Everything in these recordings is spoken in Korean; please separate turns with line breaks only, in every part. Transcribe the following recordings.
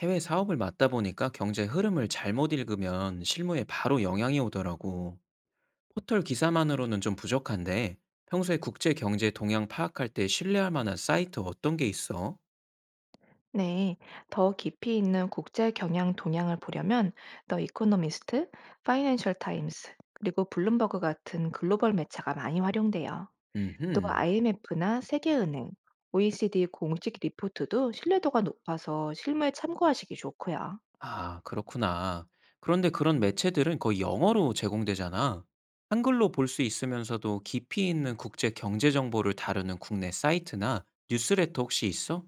해외 사업을 맡다 보니까 경제 흐름을 잘못 읽으면 실무에 바로 영향이 오더라고. 포털 기사만으로는 좀 부족한데, 평소에 국제 경제 동향 파악할 때 신뢰할 만한 사이트 어떤 게 있어?
네, 더 깊이 있는 국제 경향 동향을 보려면 더 이코노미스트, 파이낸셜 타임스, 그리고 블룸버그 같은 글로벌 매체가 많이 활용돼요. 또
음흠.
IMF나 세계은행, OECD 공식 리포트도 신뢰도가 높아서 실무에 참고하시기 좋고요.
아, 그렇구나. 그런데 그런 매체들은 거의 영어로 제공되잖아. 한글로 볼 수 있으면서도 깊이 있는 국제 경제 정보를 다루는 국내 사이트나 뉴스레터 혹시 있어?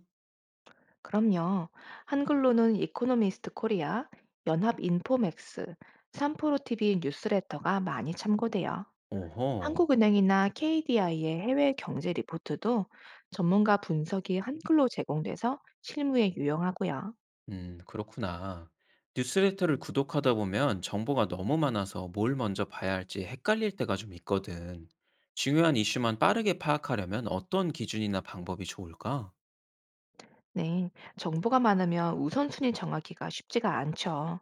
그럼요. 한글로는 이코노미스트 코리아, 연합 인포맥스, 삼프로 TV 뉴스레터가 많이 참고돼요.
오호.
한국은행이나 KDI의 해외 경제 리포트도 전문가 분석이 한글로 제공돼서 실무에 유용하고요.
그렇구나. 뉴스레터를 구독하다 보면 정보가 너무 많아서 뭘 먼저 봐야 할지 헷갈릴 때가 좀 있거든. 중요한 이슈만 빠르게 파악하려면 어떤 기준이나 방법이 좋을까?
네, 정보가 많으면 우선순위 정하기가 쉽지가 않죠.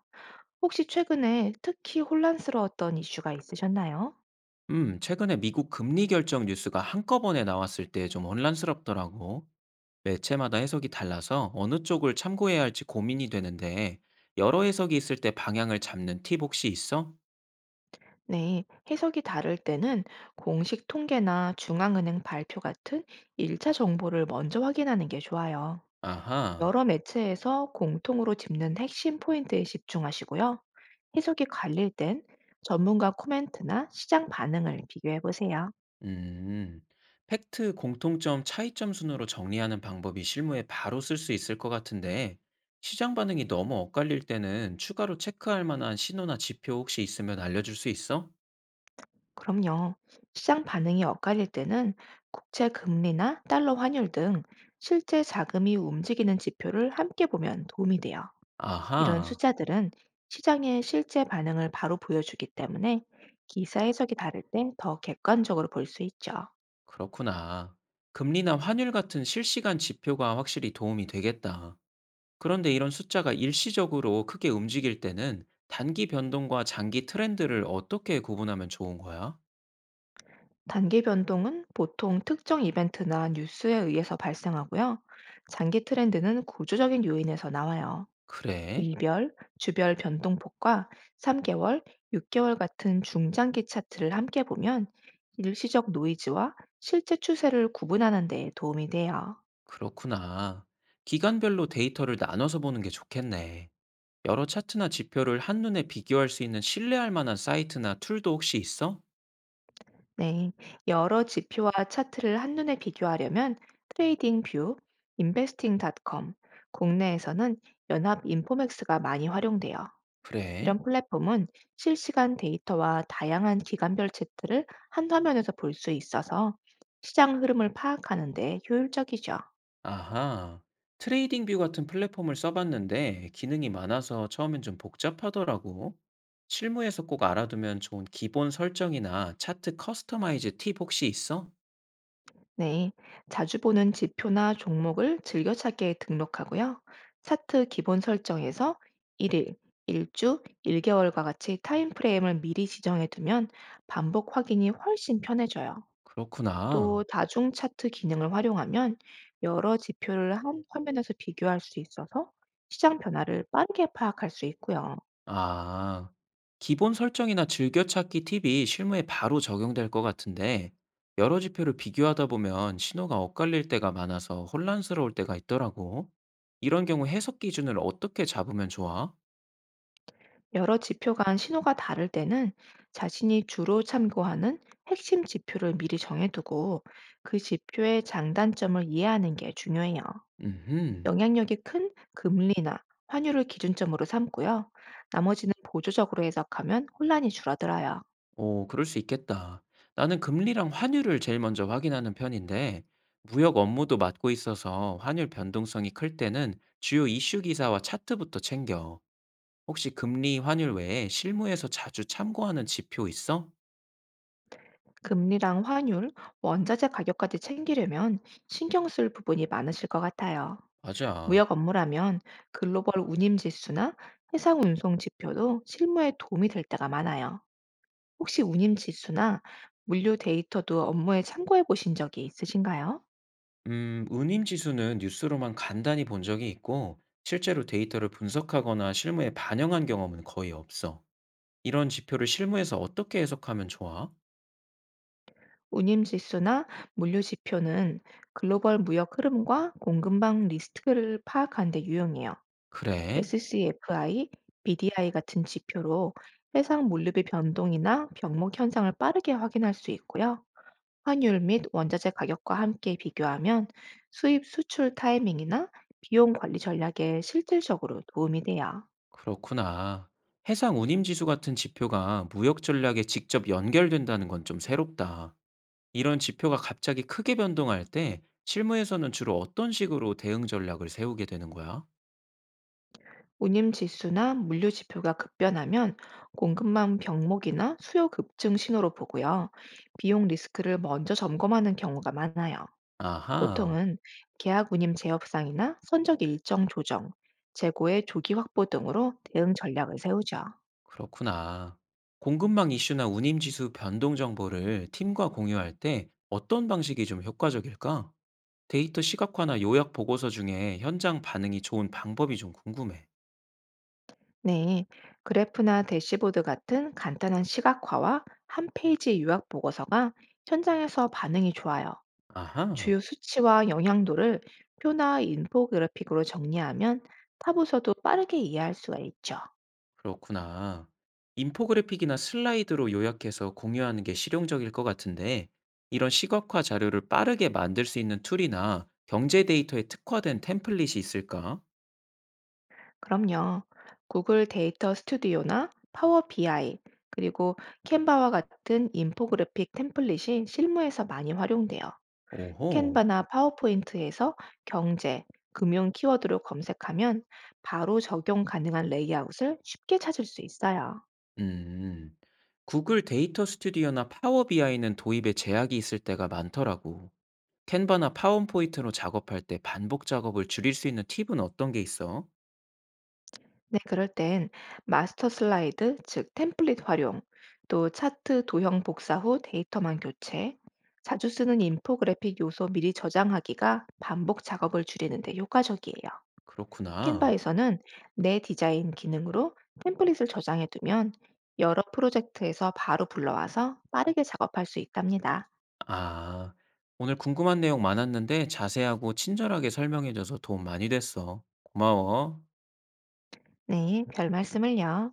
혹시 최근에 특히 혼란스러웠던 이슈가 있으셨나요?
최근에 미국 금리 결정 뉴스가 한꺼번에 나왔을 때 좀 혼란스럽더라고. 매체마다 해석이 달라서 어느 쪽을 참고해야 할지 고민이 되는데, 여러 해석이 있을 때 방향을 잡는 팁 혹시 있어?
네, 해석이 다를 때는 공식 통계나 중앙은행 발표 같은 1차 정보를 먼저 확인하는 게 좋아요.
아하.
여러 매체에서 공통으로 짚는 핵심 포인트에 집중하시고요. 해석이 갈릴 땐 전문가 코멘트나 시장 반응을 비교해 보세요.
음, 팩트 공통점 차이점 순으로 정리하는 방법이 실무에 바로 쓸 수 있을 것 같은데, 시장 반응이 너무 엇갈릴 때는 추가로 체크할 만한 신호나 지표 혹시 있으면 알려줄 수 있어?
그럼요. 시장 반응이 엇갈릴 때는 국채 금리나 달러 환율 등 실제 자금이 움직이는 지표를 함께 보면 도움이 돼요. 이런
아하,
숫자들은 시장의 실제 반응을 바로 보여주기 때문에 기사 해석이 다를 때 더 객관적으로 볼 수 있죠.
그렇구나. 금리나 환율 같은 실시간 지표가 확실히 도움이 되겠다. 그런데 이런 숫자가 일시적으로 크게 움직일 때는 단기 변동과 장기 트렌드를 어떻게 구분하면 좋은 거야?
단기 변동은 보통 특정 이벤트나 뉴스에 의해서 발생하고요. 장기 트렌드는 구조적인 요인에서 나와요.
그래?
일별, 주별 변동폭과 3개월, 6개월 같은 중장기 차트를 함께 보면 일시적 노이즈와 실제 추세를 구분하는 데 도움이 돼요.
그렇구나. 기간별로 데이터를 나눠서 보는 게 좋겠네. 여러 차트나 지표를 한눈에 비교할 수 있는 신뢰할 만한 사이트나 툴도 혹시 있어?
네, 여러 지표와 차트를 한눈에 비교하려면 트레이딩 뷰, 인베스팅닷컴, 국내에서는 연합 인포맥스가 많이 활용돼요.
그래?
이런 플랫폼은 실시간 데이터와 다양한 기관별 차트를 한 화면에서 볼 수 있어서 시장 흐름을 파악하는 데 효율적이죠.
아하. 트레이딩 뷰 같은 플랫폼을 써봤는데 기능이 많아서 처음엔 좀 복잡하더라고. 실무에서 꼭 알아두면 좋은 기본 설정이나 차트 커스터마이즈 팁 혹시 있어?
네, 자주 보는 지표나 종목을 즐겨찾기에 등록하고요. 차트 기본 설정에서 1일, 1주, 1개월과 같이 타임프레임을 미리 지정해 두면 반복 확인이 훨씬 편해져요.
그렇구나.
또 다중 차트 기능을 활용하면 여러 지표를 한 화면에서 비교할 수 있어서 시장 변화를 빠르게 파악할 수 있고요.
아, 기본 설정이나 즐겨찾기 팁이 실무에 바로 적용될 것 같은데, 여러 지표를 비교하다 보면 신호가 엇갈릴 때가 많아서 혼란스러울 때가 있더라고. 이런 경우 해석 기준을 어떻게 잡으면 좋아?
여러 지표 간 신호가 다를 때는 자신이 주로 참고하는 핵심 지표를 미리 정해두고 그 지표의 장단점을 이해하는 게 중요해요.
음,
영향력이 큰 금리나 환율을 기준점으로 삼고요. 나머지는 보조적으로 해석하면 혼란이 줄어들어요.
오, 그럴 수 있겠다. 나는 금리랑 환율을 제일 먼저 확인하는 편인데, 무역 업무도 맡고 있어서 환율 변동성이 클 때는 주요 이슈 기사와 차트부터 챙겨. 혹시 금리, 환율 외에 실무에서 자주 참고하는 지표 있어?
금리랑 환율, 원자재 가격까지 챙기려면 신경 쓸 부분이 많으실 것 같아요.
맞아.
무역 업무라면 글로벌 운임 지수나 해상 운송 지표도 실무에 도움이 될 때가 많아요. 혹시 운임 지수나 물류 데이터도 업무에 참고해 보신 적이 있으신가요?
운임 지수는 뉴스로만 간단히 본 적이 있고, 실제로 데이터를 분석하거나 실무에 반영한 경험은 거의 없어. 이런 지표를 실무에서 어떻게 해석하면 좋아?
운임 지수나 물류 지표는 글로벌 무역 흐름과 공급망 리스크를 파악하는 데 유용해요.
그래?
SCFI, BDI 같은 지표로 해상 물류비 변동이나 병목 현상을 빠르게 확인할 수 있고요. 환율 및 원자재 가격과 함께 비교하면 수입 수출 타이밍이나 비용 관리 전략에 실질적으로 도움이 돼요.
그렇구나. 해상 운임 지수 같은 지표가 무역 전략에 직접 연결된다는 건 좀 새롭다. 이런 지표가 갑자기 크게 변동할 때 실무에서는 주로 어떤 식으로 대응 전략을 세우게 되는 거야?
운임 지수나 물류 지표가 급변하면 공급망 병목이나 수요 급증 신호로 보고요. 비용 리스크를 먼저 점검하는 경우가 많아요.
아하.
보통은 계약 운임 제협상이나 선적 일정 조정, 재고의 조기 확보 등으로 대응 전략을 세우죠.
그렇구나. 공급망 이슈나 운임 지수 변동 정보를 팀과 공유할 때 어떤 방식이 좀 효과적일까? 데이터 시각화나 요약 보고서 중에 현장 반응이 좋은 방법이 좀 궁금해.
네, 그래프나 대시보드 같은 간단한 시각화와 한 페이지 요약 보고서가 현장에서 반응이 좋아요.
아하,
주요 수치와 영향도를 표나 인포그래픽으로 정리하면 타부서도 빠르게 이해할 수가 있죠.
그렇구나. 인포그래픽이나 슬라이드로 요약해서 공유하는 게 실용적일 것 같은데, 이런 시각화 자료를 빠르게 만들 수 있는 툴이나 경제 데이터에 특화된 템플릿이 있을까?
그럼요. 구글 데이터 스튜디오나 파워 BI 그리고 캔바와 같은 인포그래픽 템플릿이 실무에서 많이 활용돼요.
오호.
캔바나 파워포인트에서 경제, 금융 키워드로 검색하면 바로 적용 가능한 레이아웃을 쉽게 찾을 수 있어요.
음. 구글 데이터 스튜디오나 파워 BI는 도입에 제약이 있을 때가 많더라고. 캔버나 파워포인트로 작업할 때 반복 작업을 줄일 수 있는 팁은 어떤 게 있어?
네, 그럴 땐 마스터 슬라이드, 즉 템플릿 활용, 또 차트 도형 복사 후 데이터만 교체, 자주 쓰는 인포그래픽 요소 미리 저장하기가 반복 작업을 줄이는데 효과적이에요.
그렇구나.
캔바에서는 내 디자인 기능으로 템플릿을 저장해 두면 여러 프로젝트에서 바로 불러와서 빠르게 작업할 수 있답니다.
아, 오늘 궁금한 내용 많았는데 자세하고 친절하게 설명해줘서 도움 많이 됐어. 고마워.
네, 별 말씀을요.